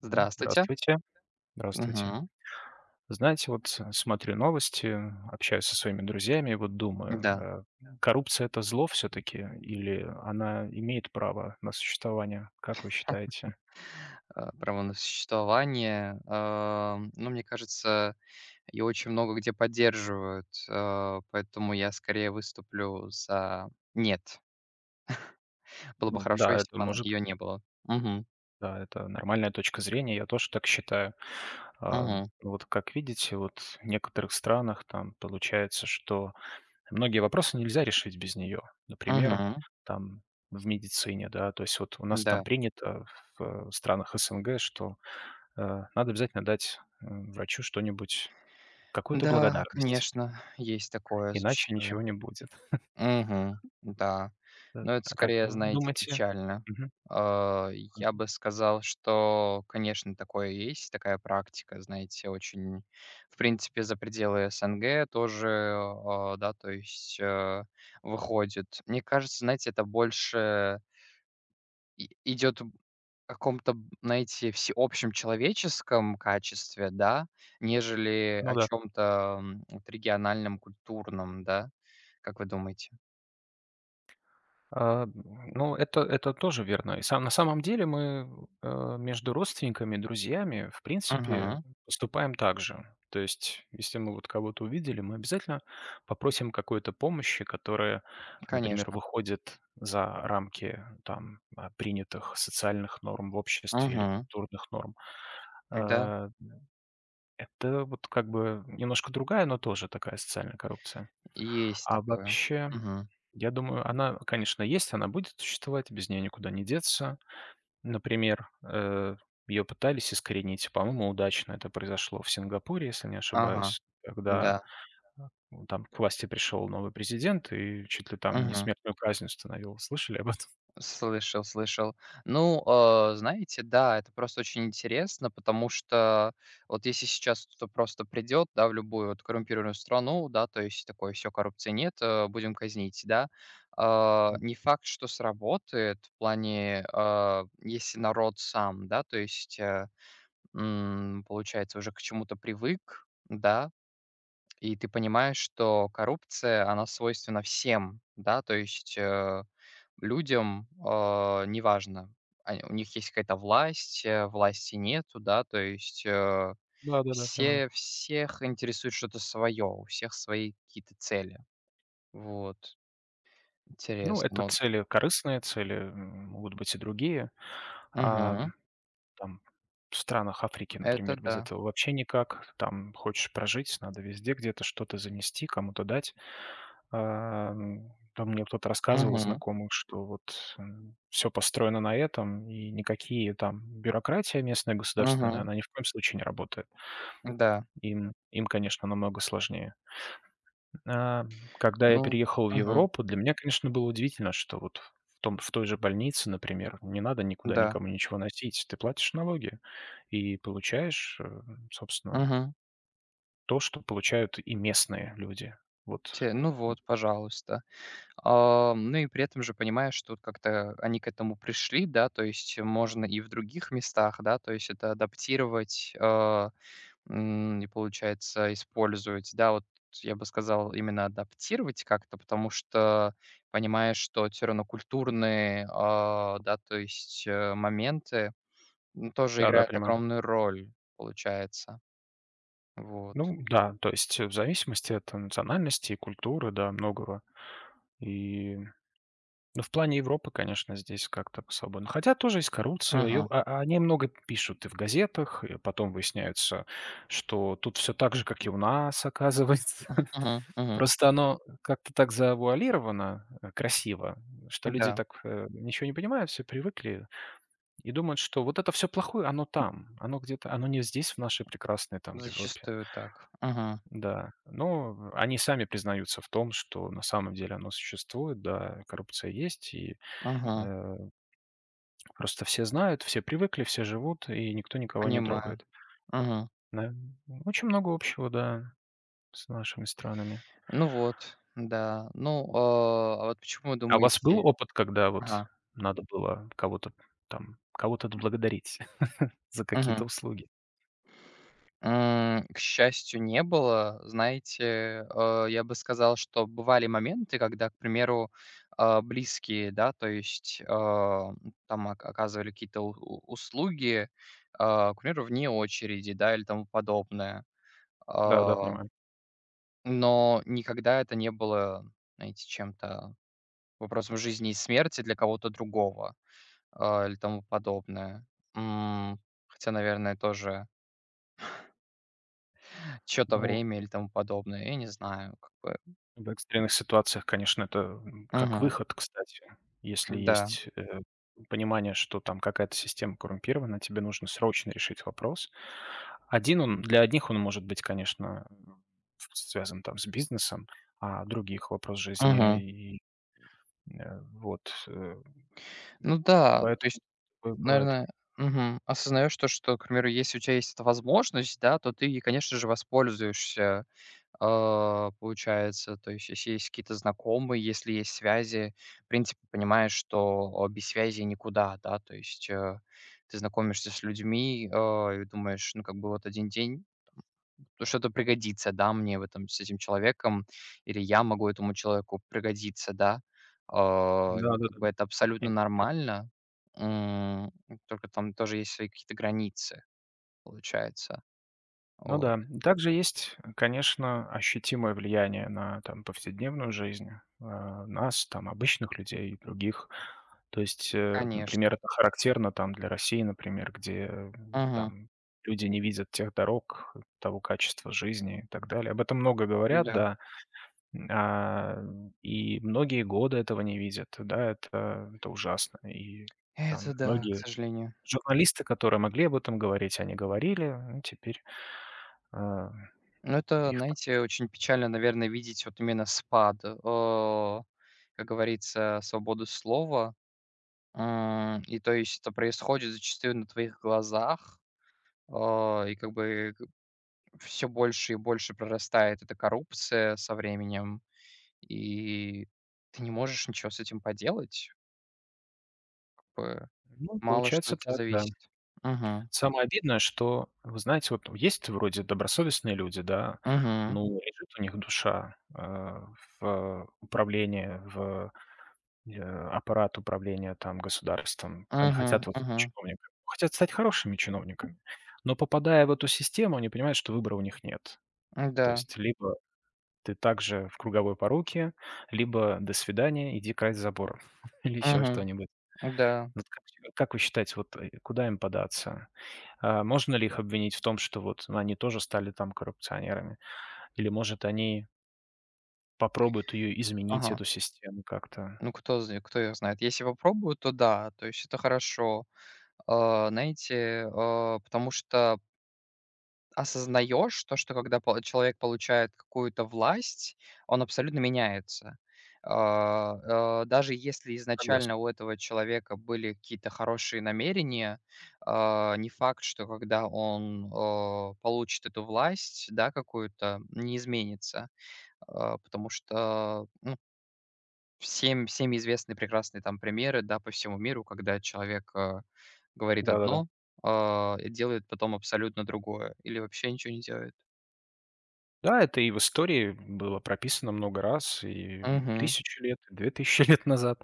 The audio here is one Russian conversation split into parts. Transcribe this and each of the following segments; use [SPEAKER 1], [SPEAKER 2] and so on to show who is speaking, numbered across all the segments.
[SPEAKER 1] Да,
[SPEAKER 2] Здравствуйте.
[SPEAKER 1] здравствуйте. Здравствуйте.
[SPEAKER 2] Мгм.
[SPEAKER 1] Знаете, вот смотрю новости, общаюсь со своими друзьями и вот
[SPEAKER 2] Да,
[SPEAKER 1] думаю, коррупция это зло все-таки или она имеет право на существование? Как вы считаете?
[SPEAKER 2] право на существование. Ну, мне кажется, её очень много где поддерживают, поэтому я скорее выступлю за "нет". Было бы
[SPEAKER 1] Ну
[SPEAKER 2] хорошо,
[SPEAKER 1] да,
[SPEAKER 2] если
[SPEAKER 1] это
[SPEAKER 2] бы она
[SPEAKER 1] может,
[SPEAKER 2] её не было. Мгм.
[SPEAKER 1] да, это нормальная точка зрения, я тоже так считаю. А,
[SPEAKER 2] Мгм.
[SPEAKER 1] Вот как видите, вот в некоторых странах там получается, что многие вопросы нельзя решить без нее. Например,
[SPEAKER 2] Мгм.
[SPEAKER 1] там в медицине, да, то есть вот у нас там
[SPEAKER 2] Да.
[SPEAKER 1] принято в странах СНГ, что э, надо обязательно дать врачу что-нибудь, какую-то
[SPEAKER 2] Да,
[SPEAKER 1] благодарность,
[SPEAKER 2] конечно, есть такое
[SPEAKER 1] иначе ничего
[SPEAKER 2] зачастую.
[SPEAKER 1] не будет.
[SPEAKER 2] Мгм. Да.
[SPEAKER 1] Да.
[SPEAKER 2] Но это
[SPEAKER 1] А как
[SPEAKER 2] скорее,
[SPEAKER 1] вы
[SPEAKER 2] знаете,
[SPEAKER 1] думаете?
[SPEAKER 2] печально.
[SPEAKER 1] Мгм.
[SPEAKER 2] Я бы сказал, что, конечно, такое есть, такая практика, знаете, очень, в принципе, за пределы СНГ тоже, да, то есть, выходит. Мне кажется, знаете, это больше и идет в каком-то, знаете, всеобщем человеческом качестве, да, нежели
[SPEAKER 1] Ну
[SPEAKER 2] о
[SPEAKER 1] да.
[SPEAKER 2] чем то вот региональном, культурном, да? Как вы думаете?
[SPEAKER 1] А, ну, это тоже верно. И сам на самом деле мы, между родственниками, друзьями, в принципе,
[SPEAKER 2] Мгм.
[SPEAKER 1] поступаем так же. То есть, если мы вот кого-то увидели, мы обязательно попросим какой-то помощи, которая, например,
[SPEAKER 2] Конечно.
[SPEAKER 1] выходит за рамки там, принятых социальных норм в обществе или
[SPEAKER 2] Мгм.
[SPEAKER 1] культурных норм.
[SPEAKER 2] Да,
[SPEAKER 1] Э, это вот как бы немножко другая, но тоже такая социальная коррупция.
[SPEAKER 2] есть
[SPEAKER 1] А
[SPEAKER 2] такое.
[SPEAKER 1] вообще
[SPEAKER 2] Мгм.
[SPEAKER 1] я думаю, она, конечно, есть, она будет существовать, без нее никуда не деться. Например, ее пытались искоренить, по-моему, удачно это произошло в Сингапуре, если не
[SPEAKER 2] Ага,
[SPEAKER 1] ошибаюсь, когда
[SPEAKER 2] да.
[SPEAKER 1] ну, там к власти пришел новый президент и чуть ли там не
[SPEAKER 2] Мгм.
[SPEAKER 1] смертную казнь установил. Слышали об этом?
[SPEAKER 2] Слышал, слышал. Ну, знаете, да, это просто очень интересно, потому что вот если сейчас кто-то просто придет, да, в любую вот коррумпированную страну, да, то есть такое все, коррупции нет, будем казнить, да. Не факт, что сработает в плане, если народ сам, да, то есть, получается, уже к чему-то привык, да. И ты понимаешь, что коррупция, она свойственна всем, да, то есть, людям, неважно, они у них есть какая-то власть, власти нету, да, то есть,
[SPEAKER 1] Да-да-да, понимаю.
[SPEAKER 2] все всех интересует что-то свое, у всех свои какие-то цели. Вот,
[SPEAKER 1] Ну,
[SPEAKER 2] интересно,
[SPEAKER 1] это
[SPEAKER 2] ну
[SPEAKER 1] цели корыстные, цели могут быть и другие. А,
[SPEAKER 2] мгм,
[SPEAKER 1] Там в странах Африки,
[SPEAKER 2] это
[SPEAKER 1] например, без
[SPEAKER 2] да.
[SPEAKER 1] этого вообще никак. Там хочешь прожить, надо везде где-то что-то занести, кому-то дать. Там мне кто-то рассказывал из
[SPEAKER 2] Мгм,
[SPEAKER 1] знакомых, что вот, все построено на этом, и никакие там бюрократия местная государственная,
[SPEAKER 2] мгм,
[SPEAKER 1] она ни в коем случае не работает.
[SPEAKER 2] да,
[SPEAKER 1] Им, конечно, намного сложнее. А, когда я
[SPEAKER 2] ну,
[SPEAKER 1] переехал в
[SPEAKER 2] мгм,
[SPEAKER 1] Европу, для меня, конечно, было удивительно, что вот в той же больнице, например, не надо никуда
[SPEAKER 2] да,
[SPEAKER 1] никому ничего носить. Ты платишь налоги и получаешь, собственно,
[SPEAKER 2] мгм,
[SPEAKER 1] то, что получают и местные люди. Вот.
[SPEAKER 2] ну вот, пожалуйста. Ну и при этом же понимаешь, что вот как-то они к этому пришли, да, то есть можно и в других местах, да, то есть это адаптировать, и получается использовать, да, вот я бы сказал именно адаптировать как-то, потому что понимаешь, что все равно культурные, да, то есть моменты тоже
[SPEAKER 1] Да-да,
[SPEAKER 2] играют
[SPEAKER 1] понимаю.
[SPEAKER 2] огромную роль, получается, вот.
[SPEAKER 1] Ну да, то есть, в зависимости от национальности и культуры, да, многого. И Ну, в плане Европы, конечно, здесь как-то особо. Ну, хотя тоже есть коррупция, её
[SPEAKER 2] Мгм.
[SPEAKER 1] о о ней много пишут и в газетах, и потом выясняется, что тут все так же, как и у нас, оказывается.
[SPEAKER 2] Мгм. Мгм.
[SPEAKER 1] Просто оно как-то так завуалировано, красиво, что люди
[SPEAKER 2] Да,
[SPEAKER 1] так, ничего не понимают, все привыкли и думают, что вот это все плохое, оно там, оно где-то, оно не здесь, в нашей прекрасной там Европе.
[SPEAKER 2] зачастую так. Мгм.
[SPEAKER 1] Да, но они сами признаются в том, что на самом деле оно существует, да, коррупция есть, и,
[SPEAKER 2] Мгм.
[SPEAKER 1] э, Просто все знают, все привыкли, все живут, и никто никого не
[SPEAKER 2] Понимаю.
[SPEAKER 1] трогает.
[SPEAKER 2] Мгм.
[SPEAKER 1] Да. Очень много общего, да, с нашими странами.
[SPEAKER 2] Ну вот, да. Ну, а вот почему вы
[SPEAKER 1] А у вас был
[SPEAKER 2] думаете?
[SPEAKER 1] опыт, когда вот
[SPEAKER 2] Ага.
[SPEAKER 1] надо было кого-то там, кого-то отблагодарить за какие-то
[SPEAKER 2] Мгм.
[SPEAKER 1] услуги?
[SPEAKER 2] К счастью, не было. Знаете, я бы сказал, что бывали моменты, когда, к примеру, близкие, да, то есть, там оказывали какие-то у услуги, к примеру, вне очереди, да, или тому подобное.
[SPEAKER 1] Да, да,
[SPEAKER 2] А,
[SPEAKER 1] понимаю.
[SPEAKER 2] но никогда это не было, знаете, чем-то вопросом жизни и смерти для кого-то другого. Или тому подобное. М, хотя, наверное, тоже что то
[SPEAKER 1] Ну,
[SPEAKER 2] время или тому подобное, я не знаю, как бы.
[SPEAKER 1] в экстренных ситуациях, конечно, это, как
[SPEAKER 2] Мгм.
[SPEAKER 1] выход, кстати. Если
[SPEAKER 2] Да.
[SPEAKER 1] есть, понимание, что там какая-то система коррумпирована, тебе нужно срочно решить вопрос. Один он для одних он может быть, конечно, связан там с бизнесом, а других — вопрос
[SPEAKER 2] Мгм.
[SPEAKER 1] жизни. И, вот,
[SPEAKER 2] Ну да, то
[SPEAKER 1] поэтому
[SPEAKER 2] есть,
[SPEAKER 1] такое бывает.
[SPEAKER 2] наверное, осознаешь то, что, к примеру, если у тебя есть эта возможность, да, то ты ей, конечно же, воспользуешься, получается. То есть, если есть какие-то знакомые, если есть связи, в принципе, понимаешь, что, без связи никуда, да. То есть, ты знакомишься с людьми, и думаешь, ну, как бы вот один день то что-то пригодится, да, мне в этом с этим человеком, или я могу этому человеку пригодиться, да. Как
[SPEAKER 1] Да-да-да.
[SPEAKER 2] бы это абсолютно
[SPEAKER 1] Именно.
[SPEAKER 2] нормально, м, только там тоже есть свои какие-то границы, получается.
[SPEAKER 1] Ну
[SPEAKER 2] Вот.
[SPEAKER 1] да. Также есть, конечно, ощутимое влияние на там повседневную жизнь, нас, там, обычных людей и других. То есть, например,
[SPEAKER 2] Конечно.
[SPEAKER 1] это характерно там для России, например, где,
[SPEAKER 2] Мгм.
[SPEAKER 1] там люди не видят тех дорог, того качества жизни и так далее. Об этом много говорят,
[SPEAKER 2] Да.
[SPEAKER 1] да, а, и многие годы этого не видят. Да, это ужасно. И
[SPEAKER 2] Это
[SPEAKER 1] там
[SPEAKER 2] да, к
[SPEAKER 1] многие
[SPEAKER 2] сожалению.
[SPEAKER 1] журналисты, которые могли об этом говорить, они говорили, ну, теперь, а
[SPEAKER 2] Но это,
[SPEAKER 1] их так
[SPEAKER 2] знаете, очень печально, наверное, видеть вот именно спад, как говорится, свободы слова. И то есть это происходит зачастую на твоих глазах. И как бы все больше и больше прорастает эта коррупция со временем, и ты не можешь ничего с этим поделать. Как бы
[SPEAKER 1] ну,
[SPEAKER 2] мало что
[SPEAKER 1] получается
[SPEAKER 2] от тебя
[SPEAKER 1] так, да.
[SPEAKER 2] зависит. Мгм.
[SPEAKER 1] Самое обидное, что, вы знаете, вот есть вроде добросовестные люди, да,
[SPEAKER 2] Мгм.
[SPEAKER 1] ну, лежит у них душа, в управлении, в, э, аппарат управления, там, государством. Они
[SPEAKER 2] Мгм.
[SPEAKER 1] хотят вот стать
[SPEAKER 2] Мгм.
[SPEAKER 1] чиновниками, хотят стать хорошими чиновниками, но попадая в эту систему, они понимают, что выбора у них нет. То
[SPEAKER 2] Да.
[SPEAKER 1] есть либо ты также в круговой поруке, либо до свидания, иди красть забор или еще
[SPEAKER 2] Мгм.
[SPEAKER 1] что-нибудь.
[SPEAKER 2] Да.
[SPEAKER 1] Вот как вы считаете, вот, куда им податься? Можно ли их обвинить в том, что вот они тоже стали там коррупционерами? Или, может, они попробуют ее изменить,
[SPEAKER 2] Ага.
[SPEAKER 1] эту систему как-то?
[SPEAKER 2] Ну, кто ее знает. Если попробую, то да, то есть это хорошо. Знаете, потому что осознаешь то, что когда по человек получает какую-то власть, он абсолютно меняется. Даже если
[SPEAKER 1] Согласен.
[SPEAKER 2] изначально у этого человека были какие-то хорошие намерения, не факт, что когда он, получит эту власть, да, какую-то, не изменится. Потому что, ну, всем известны прекрасные там примеры, да, по всему миру, когда человек, говорит
[SPEAKER 1] Да-да-да.
[SPEAKER 2] одно, и делает потом абсолютно другое или вообще ничего не делает.
[SPEAKER 1] Да, это и в истории было прописано много раз, и
[SPEAKER 2] Мгм.
[SPEAKER 1] тысячу лет, и 2000 лет назад.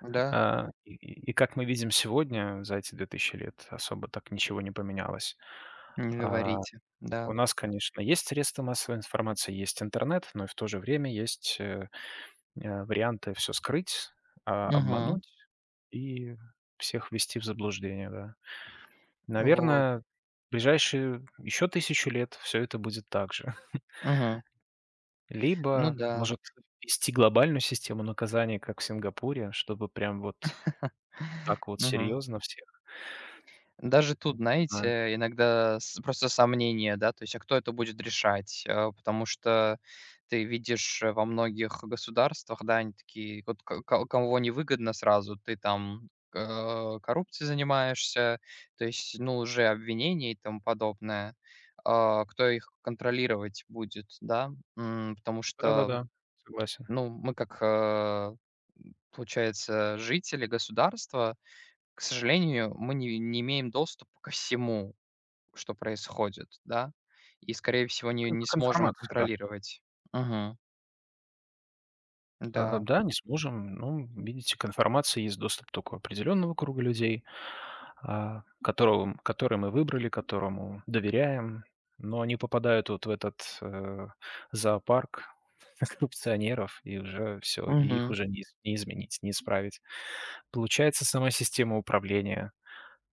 [SPEAKER 2] Да,
[SPEAKER 1] И как мы видим сегодня, за эти 2000 лет особо так ничего не поменялось.
[SPEAKER 2] не
[SPEAKER 1] А,
[SPEAKER 2] говорите. Да.
[SPEAKER 1] у нас, конечно, есть средства массовой информации, есть интернет, но и в то же время есть, варианты все скрыть,
[SPEAKER 2] Мгм.
[SPEAKER 1] обмануть и всех ввести в заблуждение, да.
[SPEAKER 2] Вот.
[SPEAKER 1] Наверное, в ближайшие еще тысячу лет все это будет так же.
[SPEAKER 2] Мгм. Ну
[SPEAKER 1] Либо,
[SPEAKER 2] да.
[SPEAKER 1] может, ввести глобальную систему наказаний, как в Сингапуре, чтобы прям вот так вот
[SPEAKER 2] Мгм.
[SPEAKER 1] серьезно всех
[SPEAKER 2] Даже тут,
[SPEAKER 1] знают.
[SPEAKER 2] знаете, иногда с просто сомнения, да, то есть, а кто это будет решать? Потому что ты видишь, во многих государствах, да, они такие, вот ко ко кого невыгодно сразу, ты там, коррупцией занимаешься, то есть, ну, уже обвинения и тому подобное. Кто их контролировать будет, да? Потому что.
[SPEAKER 1] Да-да-да, согласен.
[SPEAKER 2] Ну, мы как, получается, жители государства, к сожалению, мы не имеем доступа ко всему, что происходит, да, и, скорее всего, не
[SPEAKER 1] Как
[SPEAKER 2] не сможем
[SPEAKER 1] информация, да.
[SPEAKER 2] контролировать. Мгм.
[SPEAKER 1] А,
[SPEAKER 2] Да.
[SPEAKER 1] да, не сможем. Ну, видите, к информации есть доступ только определенного круга людей, который мы выбрали, которому доверяем, но они попадают вот в этот зоопарк коррупционеров, и уже все, и их
[SPEAKER 2] Мгм.
[SPEAKER 1] уже не изменить, не исправить. Получается, сама система управления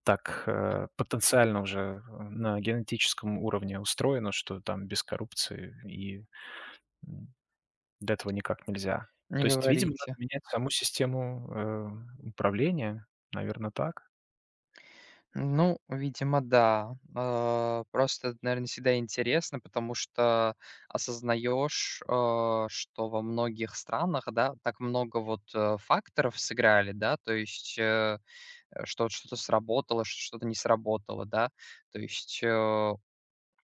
[SPEAKER 1] так потенциально уже на генетическом уровне устроена, что там без коррупции и до этого никак нельзя. То
[SPEAKER 2] Не
[SPEAKER 1] есть, видимо, надо
[SPEAKER 2] говорите.
[SPEAKER 1] менять саму систему, управления. Наверное, так.
[SPEAKER 2] Ну, видимо, да. Просто, наверное, всегда интересно, потому что осознаешь, что во многих странах, да, так много вот, факторов сыграли, да, то есть, что что-то сработало, что-то что-то не сработало, да. То есть,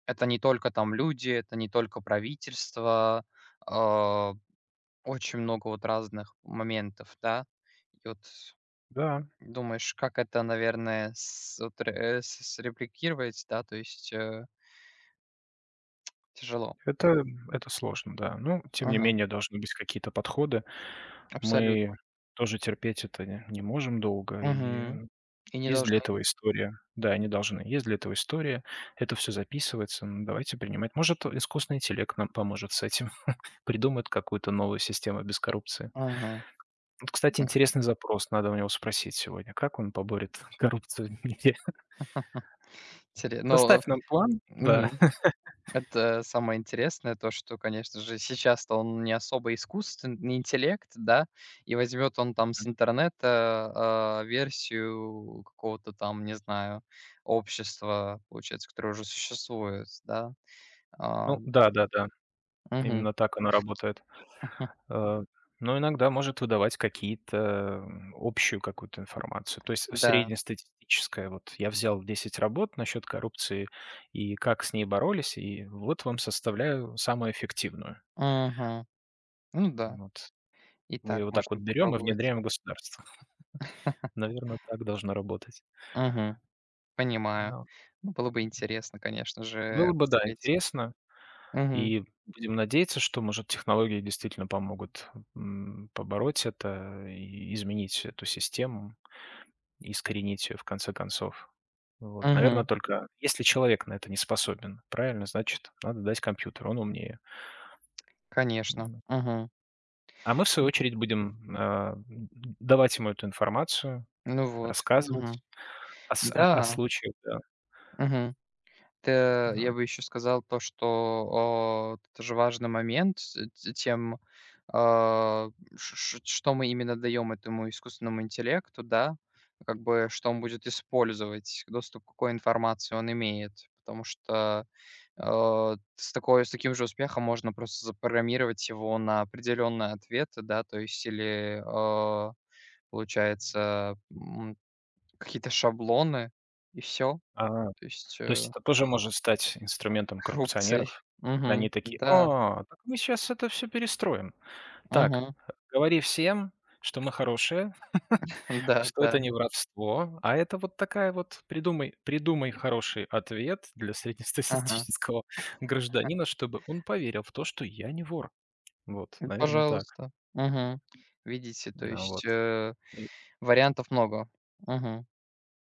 [SPEAKER 2] это не только там люди, это не только правительство, а, очень много вот разных моментов, да. И вот
[SPEAKER 1] Да,
[SPEAKER 2] думаешь, как это, наверное, с вот ре с срепликировать, да, то есть, тяжело.
[SPEAKER 1] это это сложно, да. Ну, тем не
[SPEAKER 2] Мгм.
[SPEAKER 1] менее, должны быть какие-то подходы.
[SPEAKER 2] Абсолютно.
[SPEAKER 1] Мы тоже терпеть это не можем долго, и
[SPEAKER 2] Мгм. И не
[SPEAKER 1] есть для
[SPEAKER 2] должны.
[SPEAKER 1] этого история. Да, они должны. Есть для этого история. Это все записывается. Ну, давайте принимать. Может, искусственный интеллект нам поможет с этим, придумает какую-то новую систему без коррупции.
[SPEAKER 2] Мгм.
[SPEAKER 1] Вот, кстати, интересный запрос, надо у него спросить сегодня, как он поборет коррупцию в мире.
[SPEAKER 2] Интере ну.
[SPEAKER 1] Составь нам план, да.
[SPEAKER 2] Это самое интересное, то, что, конечно же, сейчас-то он не особо искусственный интеллект, да, и возьмет он там с интернета, версию какого-то там, не знаю, общества, получается, которое уже существует, да. А,
[SPEAKER 1] Ну да-да-да,
[SPEAKER 2] мгм.
[SPEAKER 1] именно так оно работает. Э, но иногда может выдавать какие-то, общую какую-то информацию. То есть
[SPEAKER 2] Да.
[SPEAKER 1] среднестатистическая, вот я взял 10 работ насчет коррупции и как с ней боролись, и вот вам составляю самую эффективную.
[SPEAKER 2] Мгм. Ну да,
[SPEAKER 1] Вот.
[SPEAKER 2] и
[SPEAKER 1] Мы ее
[SPEAKER 2] так
[SPEAKER 1] вот так вот
[SPEAKER 2] можно
[SPEAKER 1] берем и
[SPEAKER 2] попробовать.
[SPEAKER 1] внедряем в государство. Наверное, так должно работать.
[SPEAKER 2] Мгм. Понимаю.
[SPEAKER 1] Да.
[SPEAKER 2] Ну, было бы интересно, конечно
[SPEAKER 1] Было
[SPEAKER 2] же,
[SPEAKER 1] бы, да,
[SPEAKER 2] посмотреть.
[SPEAKER 1] интересно.
[SPEAKER 2] Мгм.
[SPEAKER 1] И будем надеяться, что, может, технологии действительно помогут, побороть это и изменить эту систему, искоренить ее в конце концов. Вот, наверное,
[SPEAKER 2] Мгм.
[SPEAKER 1] только если человек на это не способен, правильно, значит, надо дать компьютеру, он умнее.
[SPEAKER 2] Конечно.
[SPEAKER 1] М,
[SPEAKER 2] Мгм.
[SPEAKER 1] а мы, в свою очередь, будем, давать ему эту информацию,
[SPEAKER 2] Ну вот. Мгм.
[SPEAKER 1] рассказывать о с о о
[SPEAKER 2] Да,
[SPEAKER 1] случаях, да.
[SPEAKER 2] мгм. Т я
[SPEAKER 1] Ну,
[SPEAKER 2] бы еще сказал то, что, тоже важный момент с т тем, а, ш ш что мы именно даем этому искусственному интеллекту, да. Как бы, что он будет использовать, доступ к какой информации он имеет. Потому что, с таким же успехом можно просто запрограммировать его на определенные ответы, да, то есть или, получается, какие-то шаблоны, и все.
[SPEAKER 1] а,
[SPEAKER 2] То есть,
[SPEAKER 1] то есть это тоже может стать инструментом
[SPEAKER 2] Коррупцией.
[SPEAKER 1] коррупционеров. И они
[SPEAKER 2] Мгм.
[SPEAKER 1] такие:
[SPEAKER 2] Да.
[SPEAKER 1] «О, так мы сейчас это все перестроим». Так,
[SPEAKER 2] Мгм.
[SPEAKER 1] говори всем, что мы хорошие,
[SPEAKER 2] Да,
[SPEAKER 1] что это
[SPEAKER 2] да.
[SPEAKER 1] не воровство, а это вот такая вот придумай хороший ответ для
[SPEAKER 2] Ага.
[SPEAKER 1] среднестатистического гражданина, чтобы он поверил в то, что я не вор. Вот,
[SPEAKER 2] М,
[SPEAKER 1] наверное, так.
[SPEAKER 2] пожалуйста. Мгм. Видите, то
[SPEAKER 1] А,
[SPEAKER 2] есть,
[SPEAKER 1] вот. И
[SPEAKER 2] вариантов много. Мгм.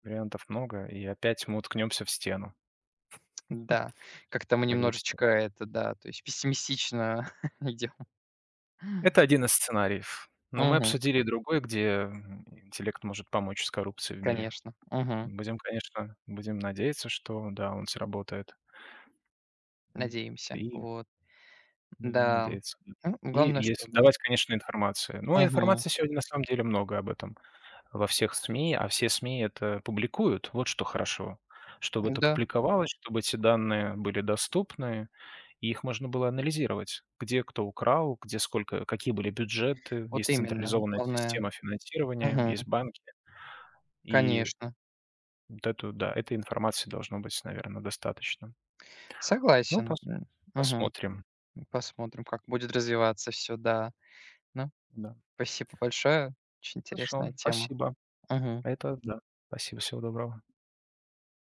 [SPEAKER 1] вариантов много, и опять мы уткнемся в стену,
[SPEAKER 2] Да. Как-то мы
[SPEAKER 1] скорее всего.
[SPEAKER 2] немножечко это, да, то есть пессимистично идем.
[SPEAKER 1] Это один из сценариев, но мы
[SPEAKER 2] Мгм.
[SPEAKER 1] обсудили и другой, где, интеллект может помочь с коррупцией в мире.
[SPEAKER 2] Конечно. Мгм.
[SPEAKER 1] Будем, конечно, будем надеяться, что да, он сработает. Вот
[SPEAKER 2] Надеемся.
[SPEAKER 1] и
[SPEAKER 2] Вот.
[SPEAKER 1] будем
[SPEAKER 2] Да.
[SPEAKER 1] надеяться, да.
[SPEAKER 2] Ну,
[SPEAKER 1] И
[SPEAKER 2] главное,
[SPEAKER 1] если
[SPEAKER 2] чтобы.
[SPEAKER 1] давать, конечно, информацию. Ну,
[SPEAKER 2] Мгм.
[SPEAKER 1] информации сегодня на самом деле много об этом во всех СМИ, а все СМИ это публикуют. Вот что хорошо. Чтобы это
[SPEAKER 2] Да,
[SPEAKER 1] публиковалось, чтобы эти данные были доступны, и их можно было анализировать. Где кто украл, где сколько, какие были бюджеты,
[SPEAKER 2] вот
[SPEAKER 1] есть
[SPEAKER 2] именно.
[SPEAKER 1] централизованная
[SPEAKER 2] Главное.
[SPEAKER 1] система финансирования,
[SPEAKER 2] Мгм.
[SPEAKER 1] есть банки. И
[SPEAKER 2] Конечно.
[SPEAKER 1] вот эту, да, этой информации должно быть, наверное, достаточно. Ну,
[SPEAKER 2] Согласен. М. Мгм.
[SPEAKER 1] посмотрим.
[SPEAKER 2] Посмотрим, как будет развиваться все, да. Ну,
[SPEAKER 1] Да.
[SPEAKER 2] спасибо большое. Очень
[SPEAKER 1] Хорошо,
[SPEAKER 2] интересная тема.
[SPEAKER 1] спасибо.
[SPEAKER 2] Мгм.
[SPEAKER 1] Это да. Спасибо, всего доброго.